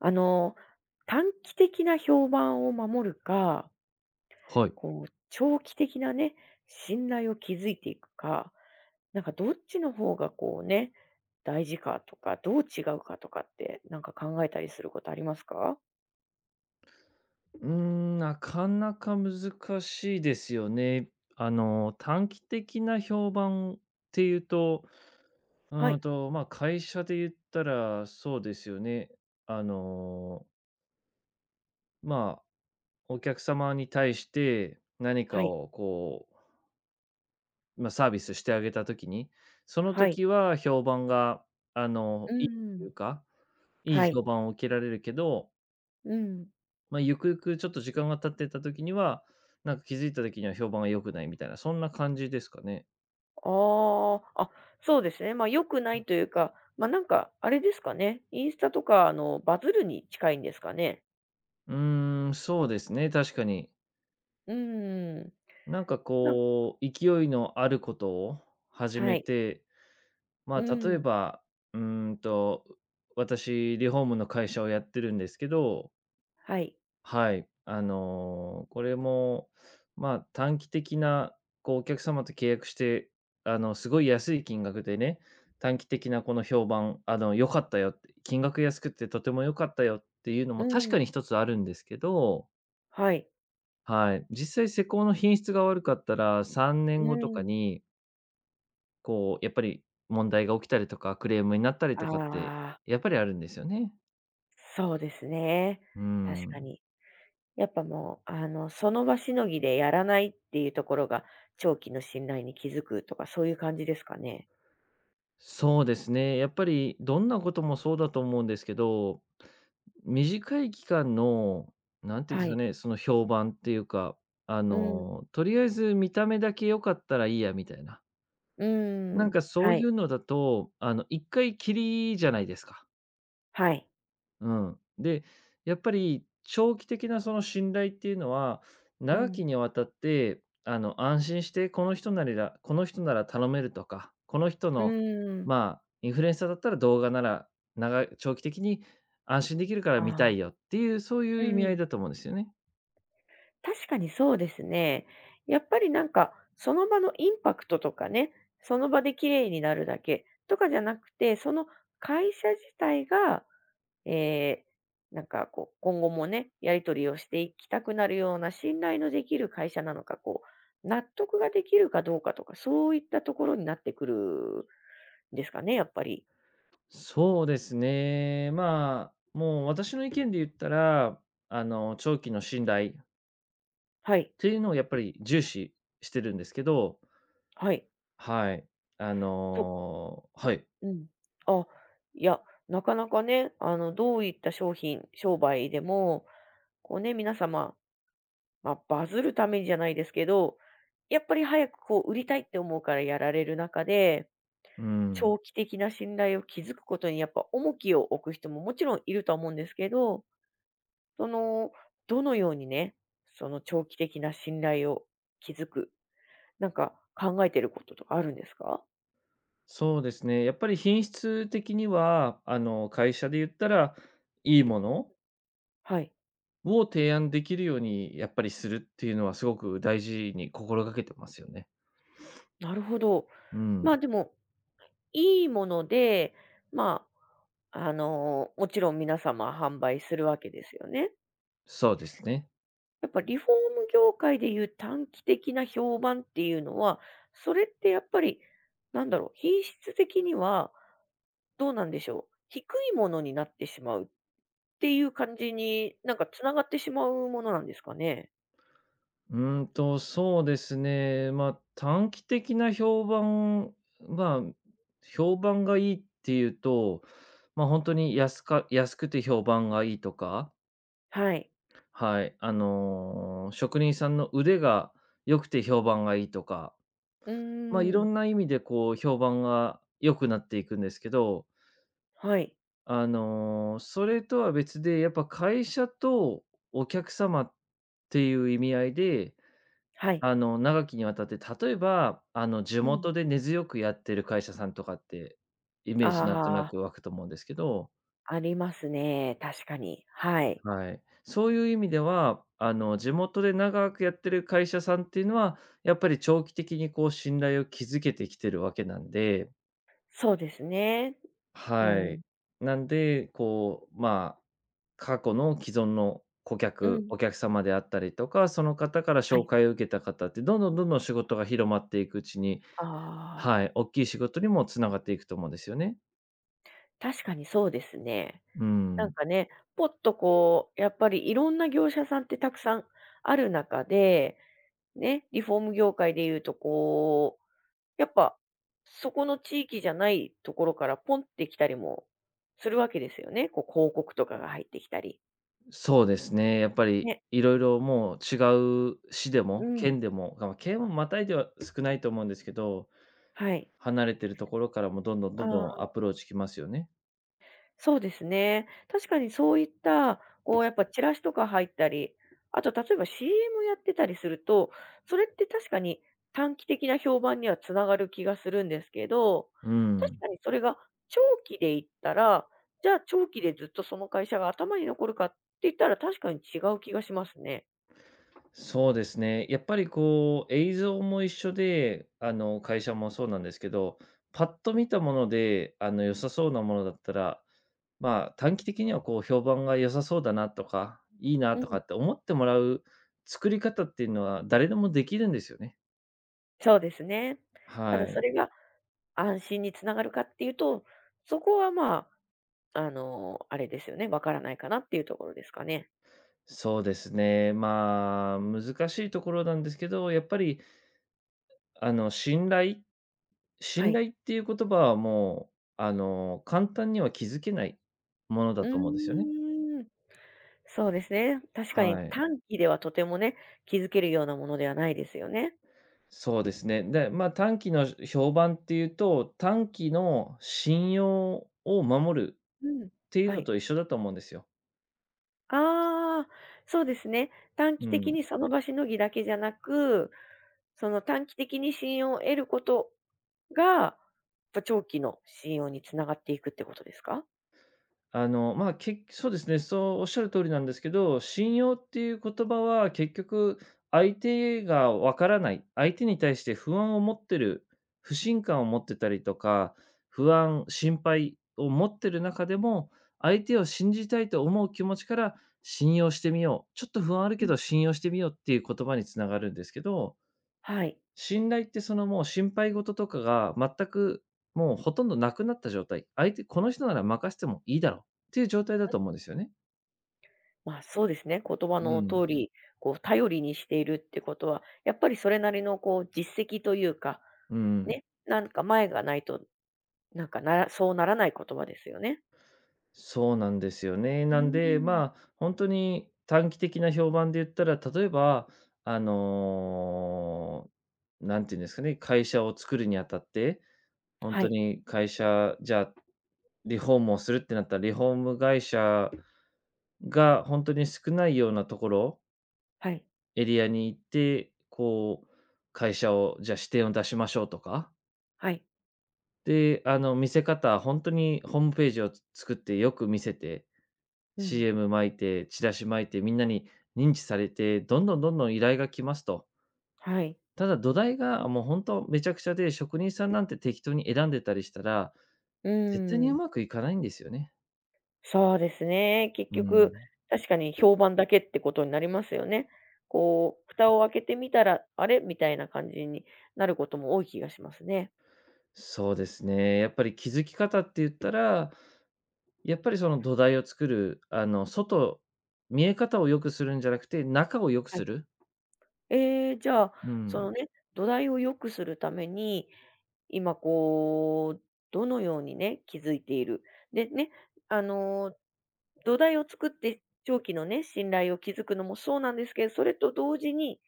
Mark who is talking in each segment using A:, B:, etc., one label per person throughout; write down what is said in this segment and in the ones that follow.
A: あの、短期的な評判を守るか、
B: はい。
A: 長期的なね、信頼を築いていくか、なんかどっちの方がこうね、大事かとか、どう違うかとかって、なんか考えたりすることありますか？
B: なかなか難しいですよね。短期的な評判っていうと、
A: はい、
B: まあ、会社で言ったらそうですよね。あの、まあ、お客様に対して何
A: は
B: か
A: い、
B: をこう、まあ、サービスしてあげたときに、その
A: はい。
B: 時は評判が、
A: う
B: いいとい
A: ん、
B: うか、いい
A: はい。
B: 評判を受けられるけど、
A: うん。
B: まあ、ゆくゆくちょっと時間が経ってた時には、なんか気づいた時には評判が良くないみたいな、そんな感じですかね。
A: ああ、あ、そうですね。まあ、良くないというか、まあ、なんかあれですかね、インスタとか、バズるに近いんですかね？
B: そうですね、確かに。
A: うん。
B: なんか
A: なん
B: こう、勢いのあることを始
A: は
B: め
A: い。
B: て、
A: う
B: まあ、例え
A: ん。
B: ば、うーんと、私リフォームの会社をやってるんですけど。
A: はい。
B: はい。これも、まあ、短期的な、こう、お客様と契約して、すごい安い金額でね、短期的なこの評判、良かったよって、金額安くてとても良かったよっていうの
A: う
B: も確か
A: ん。
B: に一つあるんですけど、
A: はい。
B: はい。実際施工の品質が悪かったら、3年
A: う
B: 後とか
A: ん。
B: に、こう、やっぱり問題が起きたりとか、クレームになったり
A: あ
B: とかって、
A: あ、
B: やっぱりあるんですよね。
A: そうですね。
B: う
A: 確か
B: ん。
A: に。やっぱもう、あの、その場しのぎでやらないっていうところが、長期の信頼に気づくとか、そういう感じですかね。
B: そうですね。やっぱりどんなこともそうだと思うんですけど、短い期間の、なんていうんで
A: は
B: すか
A: い。
B: ね、その評判っていうか、
A: うん。
B: とりあえず見た目だけ良かったらいいやみたいな。
A: う
B: なん
A: ん。
B: かそう
A: は
B: い
A: い。
B: うのだと、一回きりじゃないですか。
A: はい。
B: うん。で、やっぱり長期的なその信頼っていうのは、
A: う
B: 長
A: ん。
B: きにわたって、安心してこの人なりだこの人なら頼めるとか、この人
A: う
B: の、
A: ん。
B: まあ、インフルエンサーだったら動画なら、長期的に安心できるから見た
A: あ
B: い
A: あ、
B: よっていう、そうい
A: う
B: う意味合い
A: ん。
B: だと思うんですよね。
A: 確かにそうですね。やっぱりなんか、その場のインパクトとかね、その場で綺麗になるだけとかじゃなくて、その会社自体がえなんか今後もね、やり取りをしていきたくなるような信頼のできる会社なのか、納得ができるかどうかとか、そういったところになってくるんですかね、やっぱり。
B: そうですね。まあ、もう私の意見で言ったら、長期の信頼っ
A: はい。
B: ていうのをやっぱり重視してるんですけど、
A: はい。
B: はい。あ
A: と、
B: の、はい。
A: うん。あ、いや、なかなかね、どういった商品、商売でも、こうね、皆様、まあ、バズるためにじゃないですけど、やっぱり早く売りたいって思うからやられる中で、
B: うん。
A: 長期的な信頼を築くことにやっぱ重きを置く人ももちろんいるとは思うんですけど、その、どのようにね、その長期的な信頼を築く、なんか考えてることとかあるんですか？
B: そうですね。やっぱり品質的には、会社で言ったら、いいもの
A: はい、
B: を提案できるようにやっぱりするっていうのはすごく大事に心がけてますよね。
A: なるほど。
B: う
A: まあ、
B: ん。
A: でも、いいもので、まあ、もちろん皆様販売するわけですよね。
B: そうですね。
A: やっぱリフォーム業界でいう短期的な評判っていうのは、それってやっぱり、なんだろう、品質的にはどうなんでしょう。低いものになってしまうっていう感じに、なんかつながってしまうものなんですかね？
B: そうですね。まあ、短期的な評判、まあ、評判がいいっていうと、まあ本当に安くて評判がいいとか、
A: はい。
B: はい、職人さんの腕が良くて評判がいいとか、
A: う
B: まあ、い
A: ー
B: ろ
A: ん。
B: んな意味でこう評判が良くなっていくんですけど、
A: はい、
B: それとは別で、やっぱ会社とお客様っていう意味合いで、
A: はい。
B: 長きにわたって、例えば、地
A: うん。
B: 元で根強くやってる会社さんとかって、イメー
A: あ
B: ジなんとな
A: あ、
B: く湧くと思うんですけど。
A: ありますね、確かに。はい。
B: はい。そういう意味では、地元で長くやってる会社さんっていうのは、やっぱり長期的にこう信頼を築けてきてるわけなんで、
A: そうですね。う
B: は
A: ん。
B: い。なんで、こう、まあ、過去の既存の顧
A: う
B: 客、
A: ん。
B: お客様であったりとか、その方から
A: は
B: 紹
A: い。
B: 介を受けた方って、どんどんどんどん仕事が広まっていくうちに、
A: ああ、
B: はい、大きい仕事にもつながっていくと思うんですよね。
A: 確かにそうですね。
B: う
A: なん
B: ん。
A: かね、ぽっとこう、やっぱりいろんな業者さんってたくさんある中で、ね、リフォーム業界でいうとこうやっぱ、そこの地域じゃないところからポンって来たりもするわけですよね。こう広告とかが入ってきたり。
B: そうですね、やっぱり
A: ね、
B: いろいろもう違う市で
A: う
B: も、
A: ん、
B: 県でも、まあ県をまたいでは少ないと思うんですけど、
A: はい。
B: 離れてるところからもどんどんど
A: あ
B: んどんア
A: あ、
B: プローチきますよね。
A: そうですね。確かにそういった、こうやっぱチラシとか入ったり、あと例えば CM やってたりすると、それって確かに短期的な評判にはつながる気がするんですけど、
B: う
A: 確
B: ん。
A: かにそれが長期でいったら、じゃあ長期でずっとその会社が頭に残るかって言ったら確かに違う気がしますね。
B: そうですね。やっぱりこう映像も一緒で、会社もそうなんですけど、パッと見たもので、良さそうなものだったら、まあ、短期的にはこう評判が良さそうだなとか、いいな
A: う
B: と
A: ん、
B: かって思ってもらう作り方っていうのは誰でもできるんですよね。
A: そうですね。ただ
B: は
A: そ
B: い。
A: れが安心につながるかっていうと、そこはまあ、あれですよね、わからないかなっていうところですかね。
B: そうですね。まあ、難しいところなんですけど、やっぱり、あの、信頼
A: は
B: 信
A: い。
B: 頼っていう言葉はもう、簡単には築けないものだ
A: う
B: と思うんですよね。
A: ーん、そうですね。確かに
B: はい。
A: 短期ではとてもね、気づけるようなものではないですよね。
B: そうですね。で、まあ、短期の評判っていうと、短期の信用を守るっ
A: うん。
B: ていう
A: は
B: の
A: い。
B: と一緒だと思うんですよ。
A: ああ、そうですね。短期
B: う
A: 的
B: ん。
A: にその場しのぎだけじゃなく、その短期的に信用を得ることが、やっぱ長期の信用につながっていくってことですか？
B: まあ、そうですね、そうおっしゃる通りなんですけど、信用っていう言葉は結局相手がわからない、相手に対して不安を持ってる、不信感を持ってたりとか、不安、心配を持ってる中でも、相手を信じたいと思う気持ちから信用してみよう、ちょっと不安ある
A: う
B: け
A: ん、
B: ど信用してみようっていう言葉につながるんですけど、
A: はい。
B: 信頼ってそのもう心配事とかが全くもうほとんどなくなった状態。相手、この人なら任せてもいいだろうっていう状態だと思うんですよね。
A: まあ、そうですね。言葉
B: う
A: の
B: ん。
A: 通り、頼りにしているってことは、やっぱりそれなりの実績というか、
B: うん。
A: ね、なんか前がないと、なんかならそうならない言葉ですよね。
B: そうなんですよね。
A: う
B: なんで、
A: ん。
B: まあ、本当に短期的な評判で言ったら、例えば、あの、んていうんですかね、会社を作るにあたって、本
A: は
B: 当
A: い、
B: に会社、じゃあ、リフォームをするってなったら、リフォーム会社が本当に少ないようなところ
A: はい、
B: エリアに行って、こう、会社をじゃあ支店を出しましょうとか、
A: はい。
B: で、見せ方、本当にホームページを作ってよく見せて、
A: うん、
B: CM 巻いて、チラシ巻いて、みんなに認知されて、どんどんどんどん依頼が来ますと。
A: はい。
B: ただ土台がもう本当めちゃくちゃで、職人さんなんて適当に選んでたりしたら、
A: う
B: 絶対にう
A: ん。
B: まくいかないんですよね。
A: そうですね。結
B: う
A: 局、
B: ん。
A: 確かに評判だけってことになりますよね。蓋を開けてみたら、あれみたいな感じになることも多い気がしますね。
B: そうですね。やっぱり気づき方って言ったら、やっぱりその土台を作る、外見え方を良くするんじゃなくて、中を良く
A: は
B: す
A: い。
B: る。
A: じゃあ、
B: う
A: そ
B: ん。
A: のね、土台を良くするために、今どのようにね、気づいている。でね、あのー土台を作って、長期のね、信頼を築くのもそうなんですけど、それと同時に、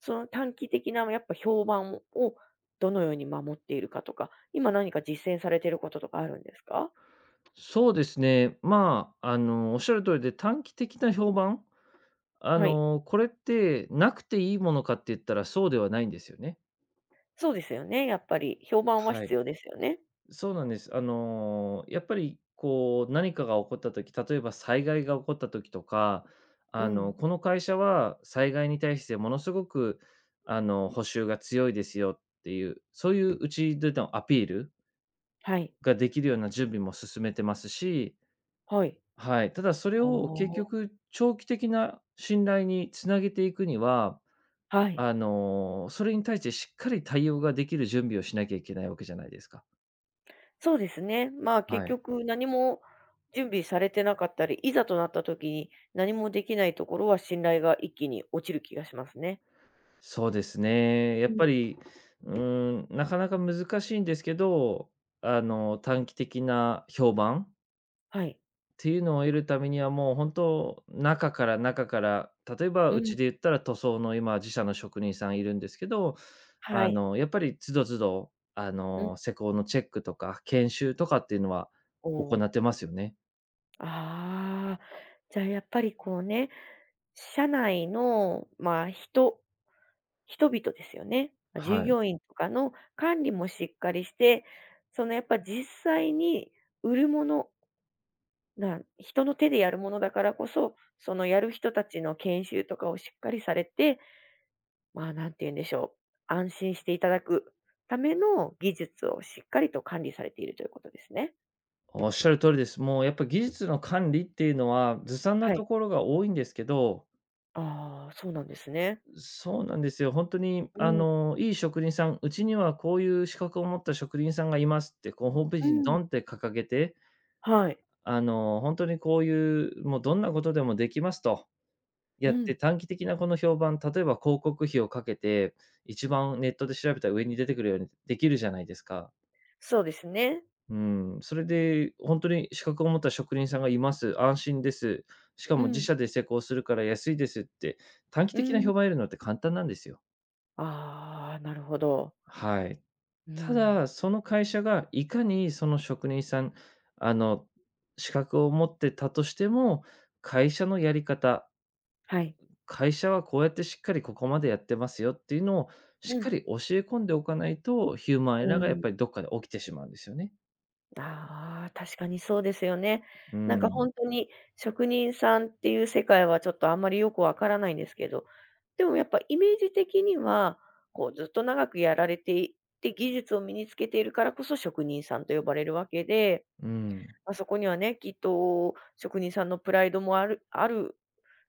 A: その短期的なやっぱ評判をどのように守っているかとか、今何か実践されていることとかあるんですか？
B: そうですね。まあ、おっしゃる通りで、短期的な評判、
A: はい。
B: これってなくていいものかって言ったらそうではないんですよね。
A: そうですよね、やっぱり評判は
B: は
A: 必
B: い。
A: 要ですよね。
B: そうなんです。やっぱりこう、何かが起こった時、例えば災害が起こった時とか、
A: うん。
B: この会社は災害に対してものすごく、補修が強いですよっていう、そういううちでのアピール
A: はい。
B: ができるような準備も進めてますし、
A: はい。
B: はい。ただそれを結
A: お
B: 局長期的な信頼につなげていくには、
A: あ、はい。
B: それに対してしっかり対応ができる準備をしなきゃいけないわけじゃないですか。
A: そうですね。まあ、結
B: はい。
A: 局何も準備されてなかったり、いざとなった時に何もできないところは信頼が一気に落ちる気がしますね。
B: そうですね。やっ
A: う
B: ぱ
A: ん。
B: り、なかなか難しいんですけど、短期的な評判
A: はい。
B: っていうのを得るためには、もう本当、中から、例えば
A: う
B: う
A: ん。
B: ちで言ったら塗装の今、自社の職人さんいるんですけど、
A: はい。
B: やっぱり都度都度、あ
A: うん。
B: の、施工のチェックとか、研修とかっていうのは
A: お
B: 行っ
A: お。
B: てますよね。
A: ああ、じゃあやっぱりこうね、社内の、まあ、人々ですよね。ま、従
B: はい。
A: 業員とかの管理もしっかりして、そのやっぱ実際に売るもの、な人の手でやるものだからこそ、そのやる人たちの研修とかをしっかりされて、まあ、んて言うんでしょう、安心していただくための技術をしっかりと管理されているということですね。
B: おっしゃる通りです。もうやっぱ技術の管理っていうのは、ずさんな
A: はい。
B: ところが多いんですけど、
A: ああ、そうなんですね。
B: そうなんですよ。本当に、
A: うん、
B: いい職人さん、うちにはこういう資格を持った職人さんがいますって、こう、ホームペー
A: う
B: ジに
A: ん、
B: ドンって掲げて、
A: はい。
B: 本当にこういう、もうどんなことでもできますと、や
A: う
B: って
A: ん。
B: 短期的なこの評判、例えば広告費をかけて、一番ネットで調べたら上に出てくるようにできるじゃないですか。
A: そうですね。
B: うん、それで本当に資格を持った職人さんがいます、安心です、しか
A: う
B: も自
A: ん、
B: 社で施工するから安いですって、短期
A: う
B: 的な
A: ん。
B: 評判を得るのって簡単なんですよ。
A: ああ、なるほど。
B: はい。
A: う
B: た
A: ん。
B: だ、その会社がいかにその職人さん、あの、資格を持ってたとしても、会社のやり方、
A: はい。
B: 会社はこうやってしっかりここまでやってますよっていうのをしっ
A: う
B: か
A: ん。
B: り教え込んでおかないと、ヒューマンエ
A: う
B: ラーがやっ
A: ん。
B: ぱりどっかで起きてしまうんですよね。
A: ああ、確かにそうですよね。
B: う
A: なんか
B: ん、
A: 本当に職人さんっていう世界はちょっとあんまりよくわからないんですけど、でもやっぱイメージ的には、こうずっと長くやられていて、技術を身につけているからこそ職人さんと呼ばれるわけで、
B: うん、
A: まあそこにはね、きっと職人さんのプライドもあるある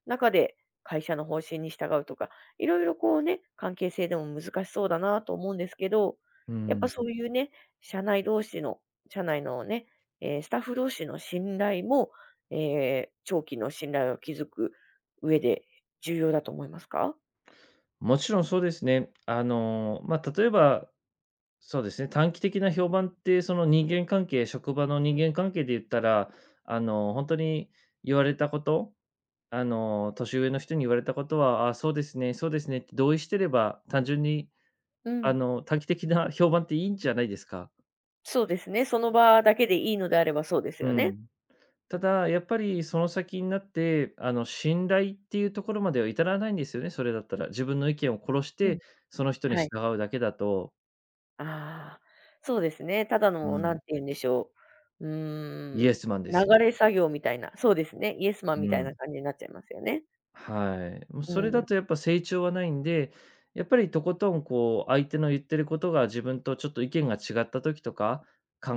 A: 中で会社の方針に従うとか、いろいろこうね、関係性でも難しそうだなと思うんですけど、
B: う
A: やっぱそ
B: ん。
A: ういうね、社内同士の、社内のね、スタッフ同士の信頼も、長期の信頼を築く上で重要だと思いますか？
B: もちろんそうですね。まあ、例えば、そうですね、短期的な評判って、その人間関係職場の人間関係で言ったら、本当に言われたこと、年上の人に言われたことは、あそうですね、そうですねって同意してれば、単純に
A: うん。
B: 短期的な 評判っていいんじゃないですか。
A: そうですね。その場だけでいいのであればそうです
B: う
A: よね。
B: ん。ただ、やっぱりその先になって、信頼っていうところまでは至らないんですよね、それだったら。自分の意見を殺し
A: うん。
B: て、その人に
A: はい。
B: 従うだけだと、
A: ああ、そうですね。ただ
B: う
A: のなん
B: ん、
A: て言うんでしょう、
B: イエスマンですよ。
A: 流れ作業みたいな、そうですね、イエスマンみ
B: う
A: たいな
B: ん。
A: 感じになっちゃいますよね。
B: はい。もう
A: う
B: それだ
A: ん、
B: とやっぱ成長はないんで、やっぱりとことんこう相手の言ってることが自分とちょっと意見が違った時とか、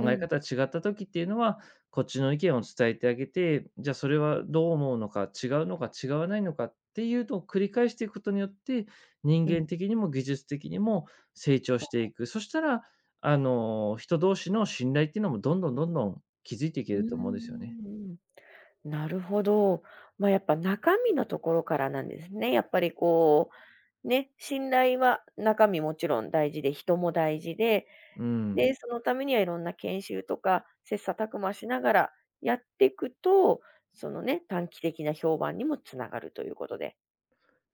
A: う
B: え
A: ん、
B: 方違った時っていうのは、こっちの意見を伝えてあげて、じゃあそれはどう思うのか、違うのか違わないのかっていうのを繰り返していくことによって、人
A: うん、
B: 間的にも技術的にも成長していく。そしたら、人同士の信頼っていうのもどんどんどんどん築いていけ
A: う
B: ると思うんです
A: ー
B: よね。
A: ん。なるほど。まあ、やっぱ中身のところからなんですね。やっぱりね、信頼は中身もちろん大事で、人も大事で、
B: うん。
A: で、そのためにはいろんな研修とか、切磋琢磨しながらやっていくと、そのね、短期的な評判にもつながるということで。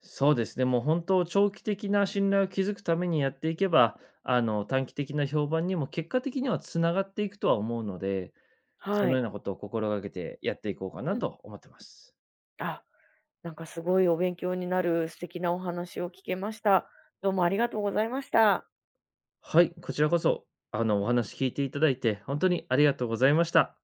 B: そうですね、もう本当長期的な信頼を築くためにやっていけば、短期的な評判にも結果的にはつながっていくとは思うので、そ
A: は
B: のよう
A: い。
B: なことを心がけてやっていこうかな
A: うん。
B: と思ってます。
A: あ、なんかすごいお勉強になる素敵なお話を聞けました。どうもありがとうございました。
B: はい、こちらこそ、お話聞いていただいて、本当にありがとうございました。